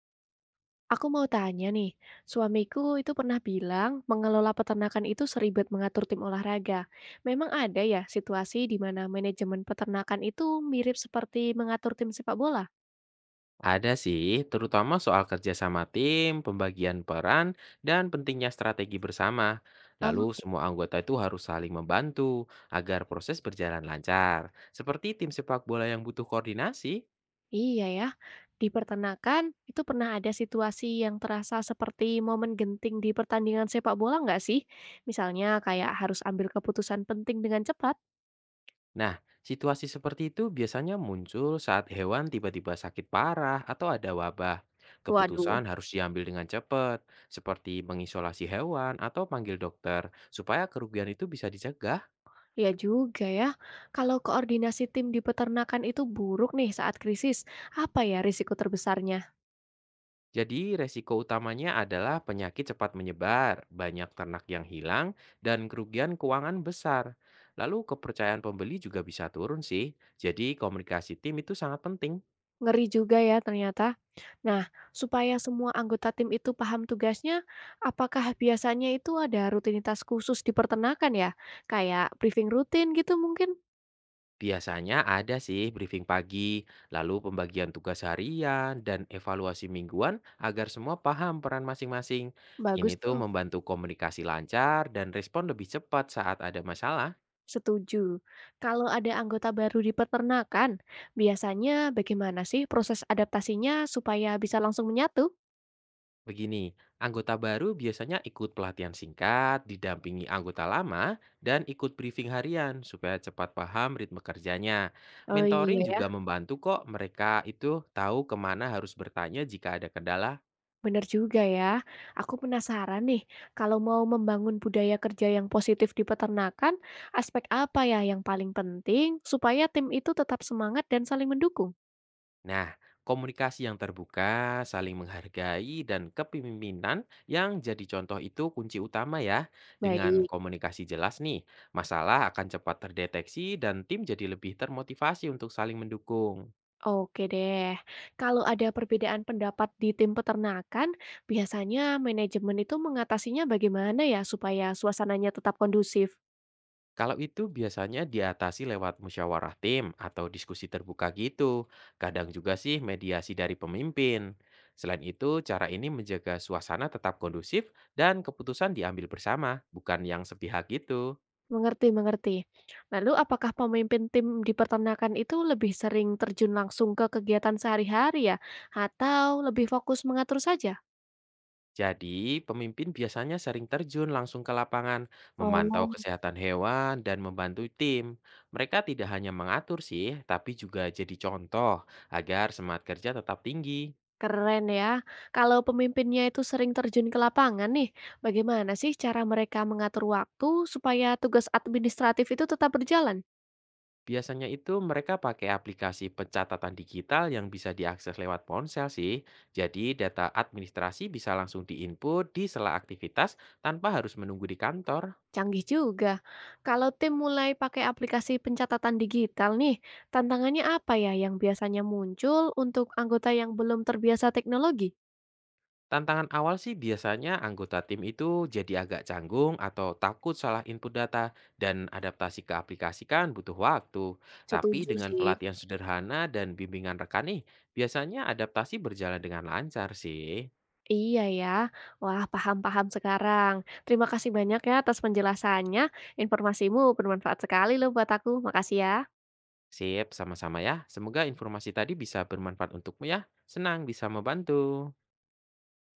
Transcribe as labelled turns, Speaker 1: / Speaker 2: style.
Speaker 1: Aku mau tanya nih, suamiku itu pernah bilang mengelola peternakan itu seribet mengatur tim olahraga. Memang ada ya situasi di mana manajemen peternakan itu mirip seperti mengatur tim sepak bola?
Speaker 2: Ada sih, terutama soal kerja sama tim, pembagian peran, dan pentingnya strategi bersama.
Speaker 1: Oh,
Speaker 2: Lalu
Speaker 1: gitu.
Speaker 2: semua anggota itu harus saling membantu agar proses berjalan lancar. Seperti tim sepak bola yang butuh koordinasi.
Speaker 1: Iya ya, di peternakan itu pernah ada situasi yang terasa seperti momen genting di pertandingan sepak bola nggak sih? Misalnya kayak harus ambil keputusan penting dengan cepat.
Speaker 2: Nah, situasi seperti itu biasanya muncul saat hewan tiba-tiba sakit parah atau ada wabah.
Speaker 1: Waduh.
Speaker 2: Keputusan harus diambil dengan cepat, seperti mengisolasi hewan atau panggil dokter, supaya kerugian itu bisa dicegah.
Speaker 1: Ya juga ya. Kalau koordinasi tim di peternakan itu buruk nih saat krisis, apa ya risiko terbesarnya?
Speaker 2: Jadi resiko utamanya adalah penyakit cepat menyebar, banyak ternak yang hilang, dan kerugian keuangan besar. Lalu kepercayaan pembeli juga bisa turun sih. Jadi komunikasi tim itu sangat penting.
Speaker 1: Ngeri juga ya ternyata. Nah, supaya semua anggota tim itu paham tugasnya, apakah biasanya itu ada rutinitas khusus di peternakan ya? Kayak briefing rutin gitu mungkin?
Speaker 2: Biasanya ada sih briefing pagi, lalu pembagian tugas harian, dan evaluasi mingguan agar semua paham peran masing-masing. Ini
Speaker 1: Bagus
Speaker 2: tuh
Speaker 1: tuh,
Speaker 2: membantu komunikasi lancar dan respon lebih cepat saat ada masalah.
Speaker 1: setuju. Kalau ada anggota baru di peternakan, biasanya bagaimana sih proses adaptasinya supaya bisa langsung menyatu?
Speaker 2: Begini, anggota baru biasanya ikut pelatihan singkat, didampingi anggota lama, dan ikut briefing harian supaya cepat paham ritme kerjanya.
Speaker 1: Oh
Speaker 2: Mentoring
Speaker 1: iya.
Speaker 2: juga membantu kok mereka itu tahu kemana harus bertanya jika ada kendala.
Speaker 1: Bener juga ya. Aku penasaran nih, kalau mau membangun budaya kerja yang positif di peternakan, aspek apa ya yang paling penting supaya tim itu tetap semangat dan saling mendukung?
Speaker 2: Nah, komunikasi yang terbuka, saling menghargai, dan kepemimpinan yang jadi contoh itu kunci utama ya. Dengan
Speaker 1: Baik.
Speaker 2: komunikasi jelas nih, masalah akan cepat terdeteksi dan tim jadi lebih termotivasi untuk saling mendukung.
Speaker 1: Oke deh. Kalau ada perbedaan pendapat di tim peternakan, biasanya manajemen itu mengatasinya bagaimana ya supaya suasananya tetap kondusif?
Speaker 2: Kalau itu biasanya diatasi lewat musyawarah tim atau diskusi terbuka gitu. Kadang juga sih mediasi dari pemimpin. Selain itu, cara ini menjaga suasana tetap kondusif dan keputusan diambil bersama, bukan yang sepihak gitu.
Speaker 1: Mengerti mengerti. Lalu apakah pemimpin tim di peternakan itu lebih sering terjun langsung ke kegiatan sehari-hari ya? Atau lebih fokus mengatur saja?
Speaker 2: Jadi, pemimpin biasanya sering terjun langsung ke lapangan, memantau
Speaker 1: Oh,
Speaker 2: kesehatan hewan, dan membantu tim. Mereka tidak hanya mengatur sih, tapi juga jadi contoh agar semangat kerja tetap tinggi.
Speaker 1: keren ya. Kalau pemimpinnya itu sering terjun ke lapangan nih, bagaimana sih cara mereka mengatur waktu supaya tugas administratif itu tetap berjalan?
Speaker 2: Biasanya itu mereka pakai aplikasi pencatatan digital yang bisa diakses lewat ponsel sih. Jadi data administrasi bisa langsung diinput di sela aktivitas tanpa harus menunggu di kantor.
Speaker 1: Canggih juga. Kalau tim mulai pakai aplikasi pencatatan digital nih, tantangannya apa ya yang biasanya muncul untuk anggota yang belum terbiasa teknologi?
Speaker 2: Tantangan awal sih biasanya anggota tim itu jadi agak canggung atau takut salah input data dan adaptasi ke aplikasi kan butuh waktu. Tapi
Speaker 1: Setuju
Speaker 2: dengan
Speaker 1: sih.
Speaker 2: pelatihan sederhana dan bimbingan rekan nih, biasanya adaptasi berjalan dengan lancar sih.
Speaker 1: Iya ya. Wah, paham-paham sekarang. Terima kasih banyak ya atas penjelasannya. Informasimu bermanfaat sekali loh buat aku. Makasih ya.
Speaker 2: Sip, sama-sama ya. Semoga informasi tadi bisa bermanfaat untukmu ya. Senang bisa membantu.